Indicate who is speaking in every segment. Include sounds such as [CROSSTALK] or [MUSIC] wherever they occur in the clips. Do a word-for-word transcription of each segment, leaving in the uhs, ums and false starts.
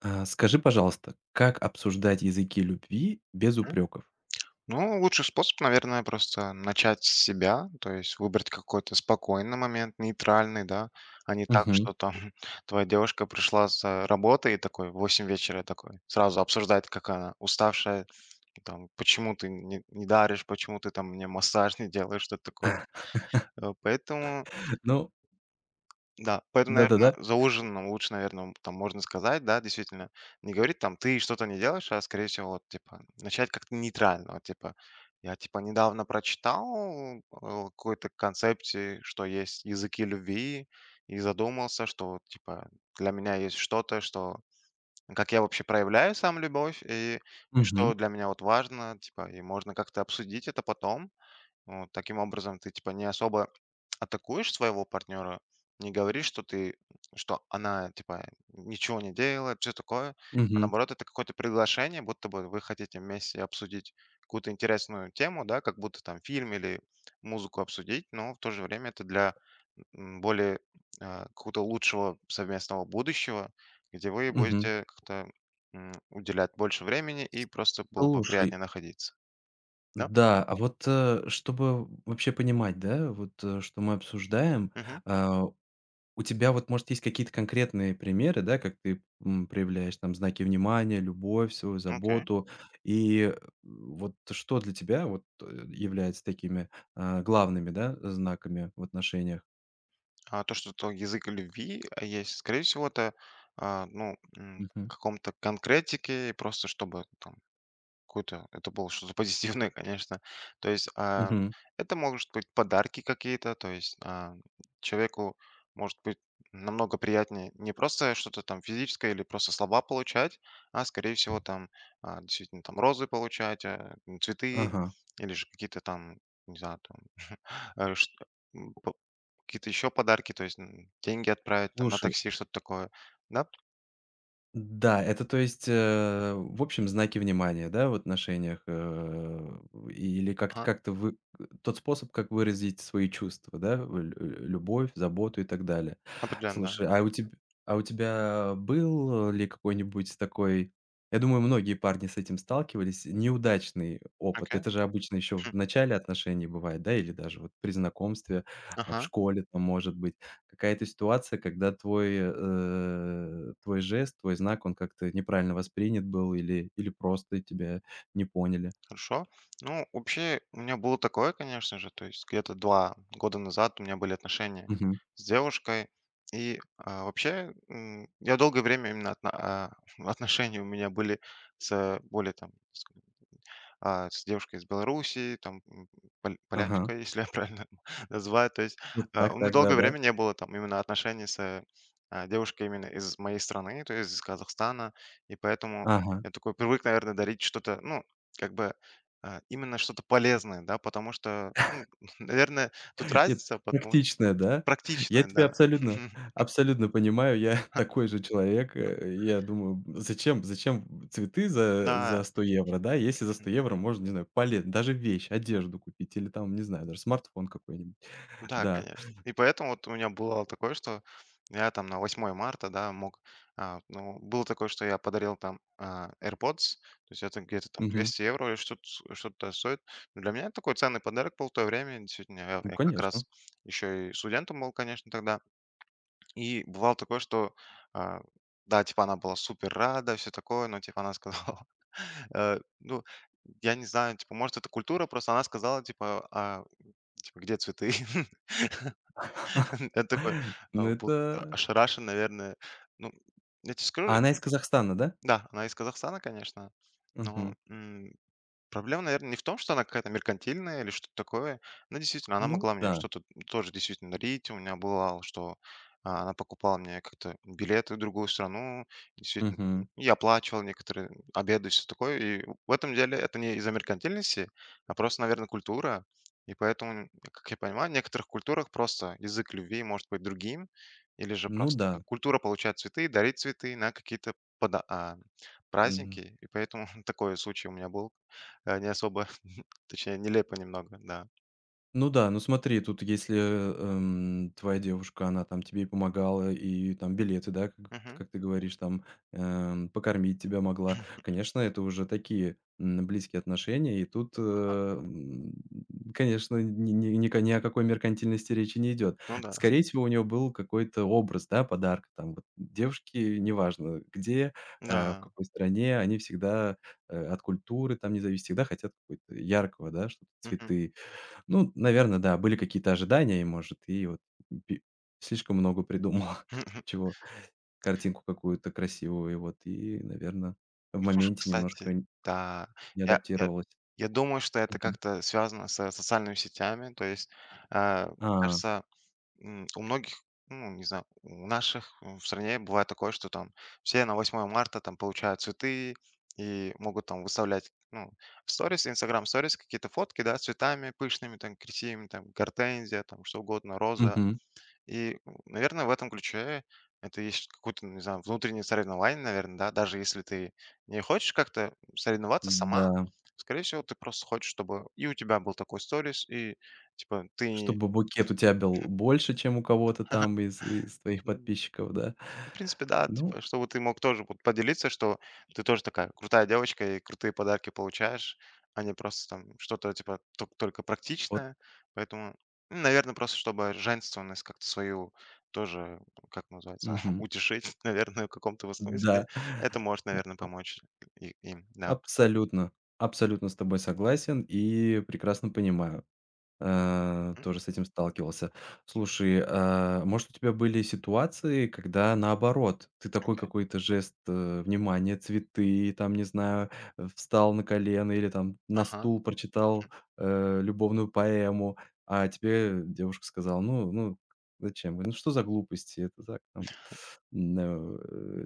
Speaker 1: А, скажи, пожалуйста, как обсуждать языки любви без
Speaker 2: М.
Speaker 1: упреков?
Speaker 2: Ну, лучший способ, наверное, просто начать с себя, то есть выбрать какой-то спокойный момент, нейтральный, да, а не так,
Speaker 1: Мгм.
Speaker 2: что там [LAUGHS] твоя девушка пришла с э, работы и такой в восемь вечера такой сразу обсуждает, как она уставшая, там, почему ты не, не даришь, почему ты там мне массаж не делаешь, что-то такое.
Speaker 1: [LAUGHS]
Speaker 2: Э, Поэтому
Speaker 1: Ну
Speaker 2: да, поэтому, наверное,
Speaker 1: да-да-да.
Speaker 2: за ужином лучше, наверное, там можно сказать, да, действительно. Не говорить там: "Ты что-то не делаешь", а, скорее всего, вот, типа, начать как-то нейтрально. Вот, типа: "Я, типа, недавно прочитал о какой-то концепции, что есть языки любви, и задумался, что, типа, для меня есть что-то, что как я вообще проявляю сам любовь, и что
Speaker 1: Мгм,
Speaker 2: для меня вот важно, типа, и можно как-то обсудить это потом". Вот таким образом ты типа не особо атакуешь своего партнера, не говоришь, что ты, что она типа ничего не делает, все такое. А
Speaker 1: мгм,
Speaker 2: наоборот, это какое-то приглашение, будто бы вы хотите вместе обсудить какую-то интересную тему, да, как будто там фильм или музыку обсудить, но в то же время это для м, более а, какого-то лучшего совместного будущего, где вы
Speaker 1: мгм.
Speaker 2: будете как-то м, уделять больше времени и просто было бы
Speaker 1: Слушай,
Speaker 2: приятнее находиться. Да?
Speaker 1: да, а вот, э, чтобы вообще понимать, да, вот, э, что мы обсуждаем,
Speaker 2: Угу.
Speaker 1: а, у тебя вот, может, есть какие-то конкретные примеры, да, как ты, м, проявляешь там знаки внимания, любовь, свою
Speaker 2: Окей.
Speaker 1: заботу? И э, вот что для тебя вот, э, является такими, а, главными, да, знаками в отношениях?
Speaker 2: А то, что это язык любви а, есть, скорее всего, это, а, ну, м, в каком-то конкретике, просто чтобы там какой-то Это было что-то [LAUGHS] позитивное, конечно. То есть, а,
Speaker 1: Мгм.
Speaker 2: это может быть подарки какие-то, то есть, а, человеку может быть намного приятнее не просто что-то там физическое или просто слова получать, а скорее всего там, а, действительно там розы получать, а, м, цветы
Speaker 1: Ага.
Speaker 2: или же какие-то там, не знаю, там, [LAUGHS] э, шт м, п какие-то еще подарки, то есть, м, деньги отправить там на
Speaker 1: Слушай,
Speaker 2: такси, что-то такое. Да?
Speaker 1: да, это то есть, э, в общем, знаки внимания, да, в отношениях, э, или как-то
Speaker 2: Ага,
Speaker 1: как-то вы э, тот способ, как выразить свои чувства, да, в лю любовь, заботу и так далее.
Speaker 2: определенно, да.
Speaker 1: Слушай, а у тебя а у тебя был ли какой-нибудь такой, я думаю, многие парни с этим сталкивались, неудачный опыт?
Speaker 2: Окей.
Speaker 1: Это же обычно еще в
Speaker 2: Хм.
Speaker 1: начале отношений бывает, да, или даже вот при знакомстве, э, в
Speaker 2: Ага.
Speaker 1: школе, там, может быть. Какая-то ситуация, когда твой, э, твой жест, твой знак, он как-то неправильно воспринят был или или просто тебя не поняли.
Speaker 2: Хорошо. Ну, вообще, у меня было такое, конечно же, то есть где-то два года назад у меня были отношения
Speaker 1: Мгм.
Speaker 2: с девушкой. И, а, вообще, м, я долгое время именно отно а, [LAUGHS] отношения у меня были с более там с а, с девушкой из Белоруссии, там, м, поль
Speaker 1: Ага.
Speaker 2: полячка, [LAUGHS] если я правильно [LAUGHS] называю. То есть,
Speaker 1: Вот
Speaker 2: а,
Speaker 1: так
Speaker 2: у меня
Speaker 1: так,
Speaker 2: долгое
Speaker 1: да-да.
Speaker 2: время не было там именно отношений с, э, а, девушкой именно из моей страны, то есть из Казахстана. И поэтому
Speaker 1: Ага.
Speaker 2: я такой привык, наверное, дарить что-то, ну, как бы, а, именно что-то полезное, да, потому что, ну, [LAUGHS] наверное, тут
Speaker 1: [LAUGHS] Нет,
Speaker 2: разница, потому
Speaker 1: практичная, да? Я
Speaker 2: практичное,
Speaker 1: тебя
Speaker 2: да.
Speaker 1: абсолютно
Speaker 2: [LAUGHS]
Speaker 1: абсолютно понимаю. Я [LAUGHS] такой же человек. Э, я думаю, б зачем зачем цветы за
Speaker 2: Да.
Speaker 1: за сто евро, да, если за сто евро можно, не знаю, полез даже вещь, одежду купить или там, не знаю, даже смартфон какой-нибудь.
Speaker 2: Ну да,
Speaker 1: Да.
Speaker 2: конечно. И поэтому вот у меня было такое, что я там на восьмое марта, да, мог... а, ну, было такое, что я подарил там а, AirPods, то есть это где-то там
Speaker 1: Мгм.
Speaker 2: двести евро или что-то, что-то стоит. Но для меня это такой ценный подарок был в то время. Действительно, я,
Speaker 1: Ну,
Speaker 2: я как
Speaker 1: конечно.
Speaker 2: раз еще и студентом был, конечно, тогда. И бывало такое, что... а, да, типа она была супер рада, все такое, но типа она сказала... [LAUGHS] э, ну, я не знаю, типа, может, это культура, просто она сказала, типа, а, типа, где цветы? [LAUGHS] [LAUGHS] Я такой,
Speaker 1: [LAUGHS]
Speaker 2: э,
Speaker 1: Ну,
Speaker 2: был как-то
Speaker 1: это
Speaker 2: ошарашен, наверное. Ну, я тебе скажу,
Speaker 1: А она из Казахстана, да?
Speaker 2: да, она из Казахстана, конечно, но,
Speaker 1: Мгм.
Speaker 2: м, проблема, наверное, не в том, что она какая-то меркантильная или что-то такое. Но действительно, она
Speaker 1: Ну
Speaker 2: могла мне
Speaker 1: да.
Speaker 2: что-то тоже действительно дарить. У меня было, что а, она покупала мне как-то билеты в другую страну. Действительно,
Speaker 1: Мгм.
Speaker 2: там, я оплачивал некоторые обеды, и все такое. И в этом деле это не из-за меркантильности, а просто, наверное, культура. И поэтому, как я понимаю, в некоторых культурах просто язык любви может быть другим. Или же
Speaker 1: Ну
Speaker 2: просто
Speaker 1: да.
Speaker 2: как культура получает цветы, дарит цветы на какие-то пода- а, праздники. И поэтому [LAUGHS] такой случай у меня был. Э, не особо, [LAUGHS] точнее, нелепо немного, да.
Speaker 1: Ну да, ну смотри, тут если, эм, твоя девушка, она там тебе и помогала, и там билеты, да, как
Speaker 2: Мгм.
Speaker 1: как ты говоришь, там, эм, покормить тебя могла.
Speaker 2: [LAUGHS]
Speaker 1: Конечно, это уже такие, м, близкие отношения, и тут, э, м, конечно, ни ни ни ко- ни о какой меркантильности речи не идет.
Speaker 2: Ну да,
Speaker 1: Скорее всего, у нее был какой-то образ, да, подарка там вот. Девушки, неважно где, э, в
Speaker 2: да.
Speaker 1: какой стране, они всегда, э, от культуры там не зависит, всегда хотят какой-то яркого, да, что-то,
Speaker 2: Мгм.
Speaker 1: цветы. Ну, наверное, да, были какие-то ожидания, и, может, и вот пи слишком много придумал, [LAUGHS]
Speaker 2: [LAUGHS]
Speaker 1: чего картинку какую-то красивую, и вот, и, наверное, в моменте
Speaker 2: Кстати,
Speaker 1: немножко н
Speaker 2: да.
Speaker 1: не
Speaker 2: Я я
Speaker 1: адаптировалась.
Speaker 2: я думаю, что это
Speaker 1: Мгм.
Speaker 2: как-то связано со социальными сетями. То есть, а, мне
Speaker 1: А,
Speaker 2: кажется, м, у многих, ну, не знаю, у наших в стране бывает такое, что там все на восьмое марта там получают цветы и могут там выставлять, ну, в сторис, инстаграм сторис какие-то фотки, да, с цветами пышными, там, красивыми, там, гортензия, там, что угодно, роза.
Speaker 1: мгм.
Speaker 2: И, наверное, в этом ключе это есть какое-то, не знаю, внутреннее соревнование, наверное, да, даже если ты не хочешь как-то соревноваться сама,
Speaker 1: Да,
Speaker 2: скорее всего, ты просто хочешь, чтобы и у тебя был такой сторис, и, типа, ты
Speaker 1: чтобы букет у тебя был больше, чем у кого-то там
Speaker 2: [LAUGHS]
Speaker 1: из из твоих подписчиков, да?
Speaker 2: в принципе, да,
Speaker 1: Ну,
Speaker 2: типа, чтобы ты мог тоже вот поделиться, что ты тоже такая крутая девочка и крутые подарки получаешь, а не просто там что-то типа тол- только
Speaker 1: вот,
Speaker 2: практичное. Поэтому, наверное, просто чтобы женственность как-то свою тоже, как называется, [LAUGHS]
Speaker 1: мгм.
Speaker 2: утешить, наверное, в каком-то вот смысле.
Speaker 1: Да, [LAUGHS]
Speaker 2: Это может, наверное, помочь и- им, да.
Speaker 1: абсолютно, абсолютно с тобой согласен и прекрасно понимаю. Э,
Speaker 2: М,
Speaker 1: тоже с этим сталкивался. Слушай, а, может, у тебя были ситуации, когда наоборот, ты такой
Speaker 2: окей.
Speaker 1: какой-то жест, э, внимания, цветы, там, не знаю, э, встал на колено или там на
Speaker 2: Ага.
Speaker 1: стул прочитал, э, любовную поэму, а тебе девушка сказала: "Ну ну, зачем?" Говорю: "Ну, что за глупости? Это так там, м,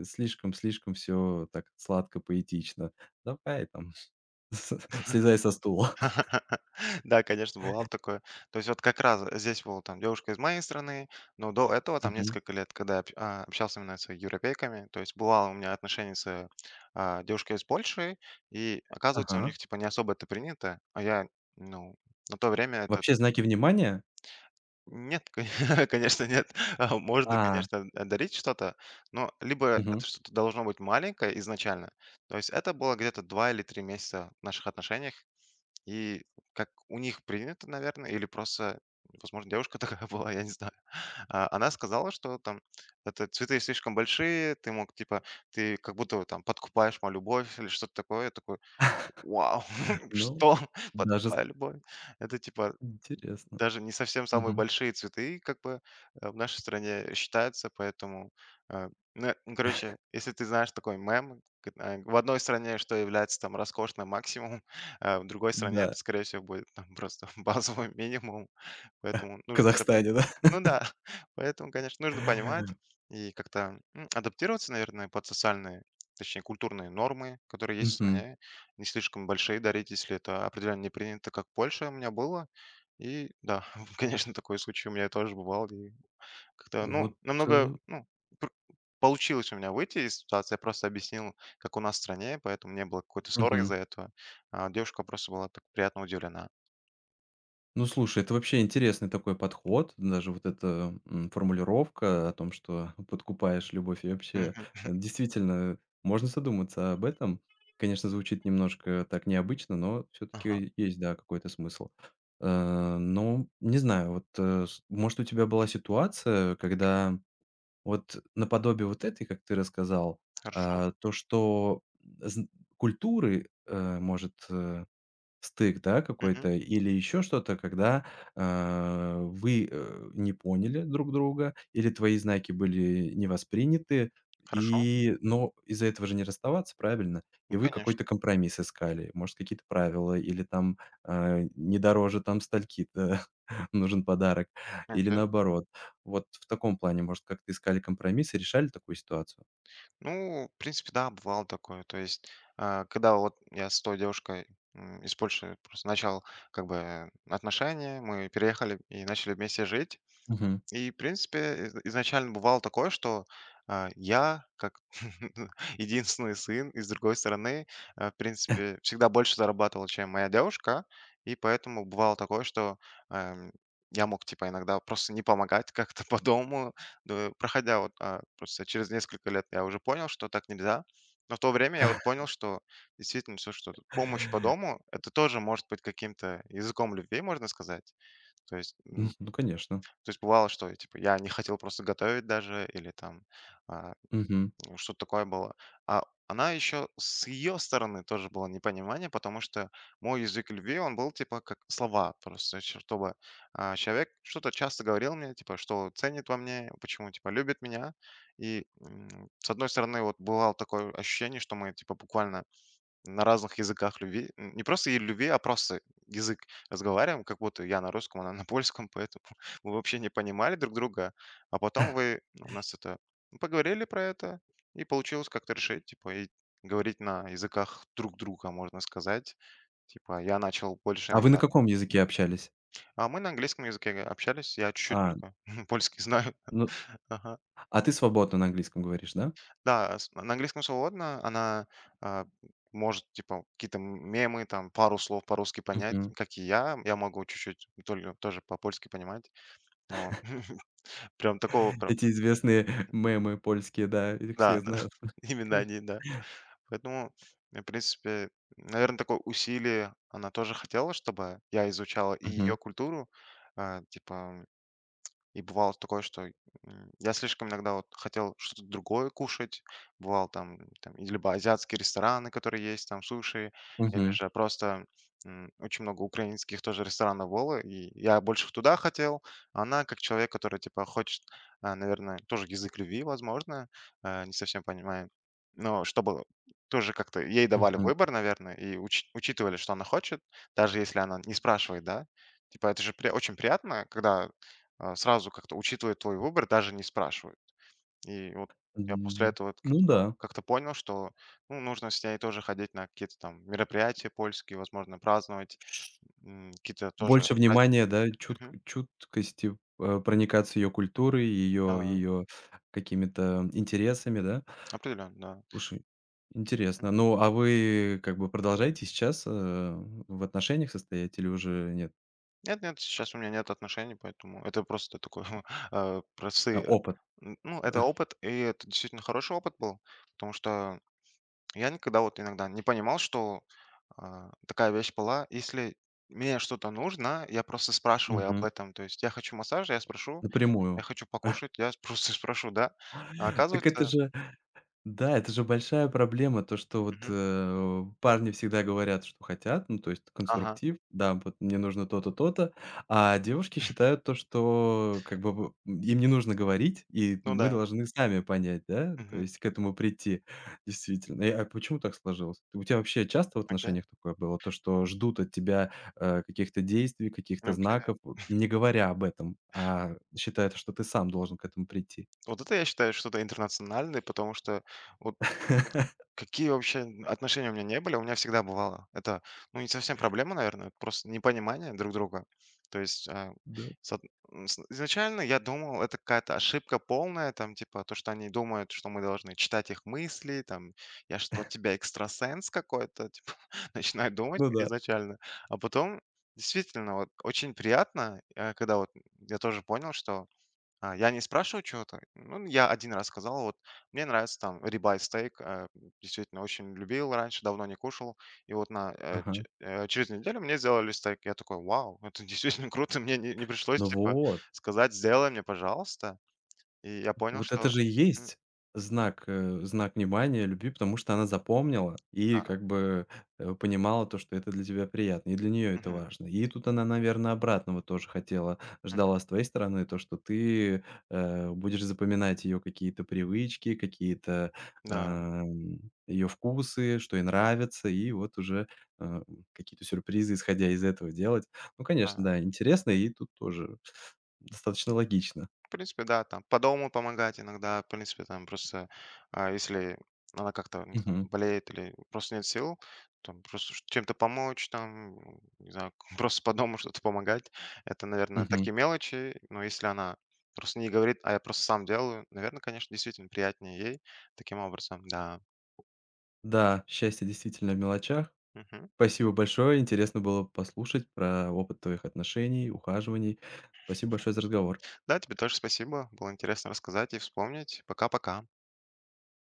Speaker 1: э, слишком слишком все так сладко, поэтично. Давай там, [LAUGHS] слезай со стула".
Speaker 2: [LAUGHS] Да, конечно, бывало такое. То есть вот как раз здесь была там девушка из моей страны, но до этого
Speaker 1: [LAUGHS]
Speaker 2: там
Speaker 1: Мгм.
Speaker 2: несколько лет, когда я об- а, общался именно с европейками, то есть бывало у меня отношения с а, девушкой из Польши, и оказывается, у
Speaker 1: Ага.
Speaker 2: них типа не особо это принято, а я, ну, на то время это
Speaker 1: Вообще знаки внимания?
Speaker 2: нет, кон- [LAUGHS] конечно, нет. А, можно,
Speaker 1: А,
Speaker 2: конечно, дарить что-то, но либо
Speaker 1: мгм.
Speaker 2: это что-то должно быть маленькое изначально. То есть это было где-то два или три месяца в наших отношениях, и как у них принято, наверное, или просто, возможно, девушка [LAUGHS] такая была, я не знаю. А, она сказала, что там это цветы слишком большие, ты мог, типа, ты как будто вот там подкупаешь мою любовь или что-то такое. Я такой, вау, [LAUGHS]
Speaker 1: Ну,
Speaker 2: что? [LAUGHS]
Speaker 1: даже с
Speaker 2: подкупая любовь? Это, типа,
Speaker 1: интересно.
Speaker 2: даже не совсем самые
Speaker 1: Мгм.
Speaker 2: большие цветы, как бы, э, в нашей стране считаются, поэтому, э, ну, э, ну, короче, если ты знаешь такой мем, к э, в одной стране, что является там роскошным максимум, [LAUGHS] а в другой стране это,
Speaker 1: Да,
Speaker 2: скорее всего, будет там просто [LAUGHS] базовый минимум. Поэтому
Speaker 1: в
Speaker 2: нужно это
Speaker 1: Казахстане,
Speaker 2: понимать.
Speaker 1: да?
Speaker 2: Ну да, [LAUGHS] поэтому, конечно, нужно понимать
Speaker 1: [LAUGHS]
Speaker 2: и как-то м, адаптироваться, наверное, под социальные, точнее, культурные нормы, которые есть в
Speaker 1: Мгм.
Speaker 2: стране. Не слишком большие дарить, если это определенно не принято, как в Польше у меня было. И да, [LAUGHS] конечно, такой случай у меня тоже бывал. И как-то, ну,
Speaker 1: Вот,
Speaker 2: намного,
Speaker 1: э,
Speaker 2: ну, пр- получилось у меня выйти из ситуации. Я просто объяснил, как у нас в стране, поэтому не было какой-то ссоры
Speaker 1: мгм.
Speaker 2: из-за этого. А девушка просто была так приятно удивлена.
Speaker 1: Ну, слушай, это вообще интересный такой подход, даже вот эта м, формулировка о том, что [LAUGHS] подкупаешь любовь, и вообще,
Speaker 2: Мгм.
Speaker 1: э, действительно, можно задуматься об этом. Конечно, звучит немножко так необычно, но
Speaker 2: Ага,
Speaker 1: все-таки есть, да, какой-то смысл. Э, Ну, не знаю, вот, э, с- может, у тебя была ситуация,
Speaker 2: окей,
Speaker 1: когда вот наподобие вот этой, как ты рассказал,
Speaker 2: хорошо.
Speaker 1: а, то, что зн- культуры э, может э, стык, да, какой-то или еще что-то, когда, а, вы, э, не поняли друг друга или твои знаки были не восприняты,
Speaker 2: Хорошо,
Speaker 1: и но из-за этого же не расставаться, правильно?
Speaker 2: ну,
Speaker 1: И вы
Speaker 2: конечно,
Speaker 1: какой-то компромисс искали, может, какие-то правила или там, а, не дороже там стальки-то [LAUGHS] нужен подарок или
Speaker 2: окей.
Speaker 1: наоборот. Вот в таком плане, может, как-то искали компромисс и решали такую ситуацию?
Speaker 2: Ну, в принципе, да, бывало такое. То есть, а, когда вот я с той девушкой, м, из Польши просто начал как бы отношения, мы переехали и начали вместе жить.
Speaker 1: Мгм.
Speaker 2: И, в принципе, из изначально бывало такое, что, а, я, как [LAUGHS] единственный сын, и, с другой стороны, а, в принципе, всегда больше зарабатывал, чем моя девушка. И поэтому бывало такое, что, эм, я мог, типа, иногда просто не помогать [LAUGHS] как-то по дому. Да, проходя вот, а, просто через несколько лет я уже понял, что так нельзя. Но в то время я вот
Speaker 1: [LAUGHS]
Speaker 2: понял, что действительно все, что помощь по дому — это тоже может быть каким-то языком любви, можно сказать. То есть,
Speaker 1: Мгм.
Speaker 2: м,
Speaker 1: Ну, конечно.
Speaker 2: то есть бывало, что, э, типа, я не хотел просто готовить даже или там, а,
Speaker 1: Мгм.
Speaker 2: ну, что-то такое было. А она еще с ее стороны тоже было непонимание, потому что мой язык любви, он был типа как слова просто, ч- чтобы а, человек что-то часто говорил мне, типа, что ценит во мне, почему, типа, любит меня. И м, с одной стороны, вот бывало такое ощущение, что мы, типа, буквально на разных языках любви. Н- Не просто и любви, а просто язык разговариваем, как будто я на русском, она на польском, поэтому [LAUGHS] мы вообще не понимали друг друга. А потом
Speaker 1: [LAUGHS]
Speaker 2: вы, ну, у нас это, ну, поговорили про это, и получилось как-то решить, типа, и говорить на языках друг друга, можно сказать. Типа, я начал больше
Speaker 1: А вы на
Speaker 2: иногда.
Speaker 1: каком языке общались?
Speaker 2: А мы на английском языке общались, я чуть-чуть
Speaker 1: А,
Speaker 2: только [LAUGHS] польский знаю.
Speaker 1: ну,
Speaker 2: [LAUGHS] Ага.
Speaker 1: а ты свободно на английском говоришь, да?
Speaker 2: Да, с на английском свободно. Она, а, может, типа, какие-то мемы, там, пару слов по-русски понять,
Speaker 1: Мгм.
Speaker 2: как и я. Я могу чуть-чуть толь тоже по-польски понимать, но [LAUGHS] прям такого прям
Speaker 1: Эти известные мемы польские, да, их
Speaker 2: да,
Speaker 1: все
Speaker 2: да,
Speaker 1: знают.
Speaker 2: [LAUGHS]
Speaker 1: [LAUGHS]
Speaker 2: именно
Speaker 1: Конечно.
Speaker 2: они, да. Поэтому, э, в принципе, наверное, такое усилие она тоже хотела, чтобы я изучал и ее
Speaker 1: Мгм,
Speaker 2: культуру. А, типа И бывало такое, что, м, я слишком иногда вот хотел что-то другое кушать. Бывал там там и либо азиатские рестораны, которые есть, там суши, или
Speaker 1: мгм,
Speaker 2: же просто, м, очень много украинских тоже ресторанов было, и я больше туда хотел. А она, как человек, который типа хочет, а, наверное, тоже язык любви, возможно, э, не совсем понимаю. Но чтобы тоже как-то ей давали
Speaker 1: мгм.
Speaker 2: выбор, наверное, и уч учитывали, что она хочет, даже если она не спрашивает, да. Типа это же при очень приятно, когда а, сразу как-то учитывает твой выбор, даже не спрашивают. И вот я после
Speaker 1: М,
Speaker 2: этого вот
Speaker 1: ну
Speaker 2: как-то
Speaker 1: да.
Speaker 2: как-то понял, что, ну, нужно с ней тоже ходить на какие-то там мероприятия польские, возможно, праздновать, м, какие-то тоже
Speaker 1: Больше
Speaker 2: праздники.
Speaker 1: внимания, да, чутк
Speaker 2: Мгм.
Speaker 1: чуткости, э, проникаться ее культурой, ее
Speaker 2: Да,
Speaker 1: ее какими-то интересами, да?
Speaker 2: определенно, да.
Speaker 1: Слушай,
Speaker 2: Мгм.
Speaker 1: интересно. Ну, а вы как бы продолжаете сейчас, э, в отношениях состоять или уже нет?
Speaker 2: Нет, нет, сейчас у меня нет отношений, поэтому это просто такой, [LAUGHS] э,
Speaker 1: А,
Speaker 2: простые,
Speaker 1: опыт.
Speaker 2: м, ну, это
Speaker 1: [LAUGHS]
Speaker 2: опыт, и это действительно хороший опыт был, потому что я никогда вот иногда не понимал, что а, такая вещь была. Если мне что-то нужно, я просто спрашиваю об
Speaker 1: Мгм.
Speaker 2: этом. То есть я хочу массаж, я спрошу. Я
Speaker 1: Напрямую.
Speaker 2: хочу покушать, я [LAUGHS] просто спрошу, да? А
Speaker 1: Так это
Speaker 2: оказывается,
Speaker 1: же Да, это же большая проблема, то, что вот,
Speaker 2: мгм,
Speaker 1: э, парни всегда говорят, что хотят, ну, то есть
Speaker 2: ага,
Speaker 1: конструктив, да, вот мне нужно то-то, то-то, а девушки считают то, что как бы в им не нужно говорить, и
Speaker 2: ну
Speaker 1: мы
Speaker 2: да,
Speaker 1: должны сами понять, да, то
Speaker 2: мгм,
Speaker 1: есть к этому прийти, действительно. И, а почему так сложилось? У тебя вообще часто в
Speaker 2: окей,
Speaker 1: отношениях такое было, то, что ждут от тебя, э, каких-то действий, каких-то
Speaker 2: ну,
Speaker 1: знаков, вот не говоря об этом, а считают, что ты сам должен к этому прийти?
Speaker 2: вот это я считаю что-то интернациональное, потому что вот к
Speaker 1: [LAUGHS]
Speaker 2: какие вообще отношения у меня не были, у меня всегда бывало. Это, ну, не совсем проблема, наверное, просто непонимание друг друга. То есть а,
Speaker 1: Да.
Speaker 2: с од- с- изначально я думал, это какая-то ошибка полная, там, типа, то, что они думают, что мы должны читать их мысли, там, я что, тебя экстрасенс какой-то, [LAUGHS] типа, начинаю думать
Speaker 1: Ну да.
Speaker 2: изначально. А потом, действительно, вот очень приятно, э, когда вот я тоже понял, что а, я не спрашиваю чего-то. Ну, я один раз сказал, вот: "Мне нравится там ribeye стейк". Э, действительно, очень любил раньше, давно не кушал. И вот на, э,
Speaker 1: Ага.
Speaker 2: ч э, через неделю мне сделали стейк. Я такой: "Вау, это [LAUGHS] действительно круто". Мне не не пришлось,
Speaker 1: Ну
Speaker 2: типа,
Speaker 1: вот,
Speaker 2: сказать: "Сделай мне, пожалуйста". И я понял,
Speaker 1: вот это
Speaker 2: что
Speaker 1: же и
Speaker 2: мгм.
Speaker 1: есть знак, э, знак внимания, любви, потому что она запомнила и
Speaker 2: Да.
Speaker 1: как бы, э, понимала то, что это для тебя приятно, и для нее это
Speaker 2: Мгм.
Speaker 1: важно. И тут она, наверное, обратного тоже хотела,
Speaker 2: Мгм.
Speaker 1: ждала с твоей стороны то, что ты, э, будешь запоминать ее какие-то привычки, какие-то,
Speaker 2: Да.
Speaker 1: эм, ее вкусы, что ей нравится, и вот уже, э, какие-то сюрпризы, исходя из этого, делать. Ну,
Speaker 2: Да.
Speaker 1: конечно, да, интересно, и тут тоже достаточно логично.
Speaker 2: В принципе, да, там по дому помогать иногда, в принципе, там просто, а, если она как-то, не знаю, там
Speaker 1: Мгм,
Speaker 2: болеет или просто нет сил, там просто ш- чем-то помочь, там, м, не знаю, [LAUGHS] просто по дому что-то помогать. Это, наверное,
Speaker 1: мгм.
Speaker 2: такие мелочи, но если она просто не говорит, а я просто сам делаю, наверное, конечно, действительно приятнее ей таким образом, да.
Speaker 1: Да, счастье действительно в мелочах.
Speaker 2: Мгм.
Speaker 1: Спасибо большое. Интересно было послушать про опыт твоих отношений, ухаживаний. Спасибо большое за разговор.
Speaker 2: Да, тебе тоже спасибо, было интересно рассказать и вспомнить. Пока-пока.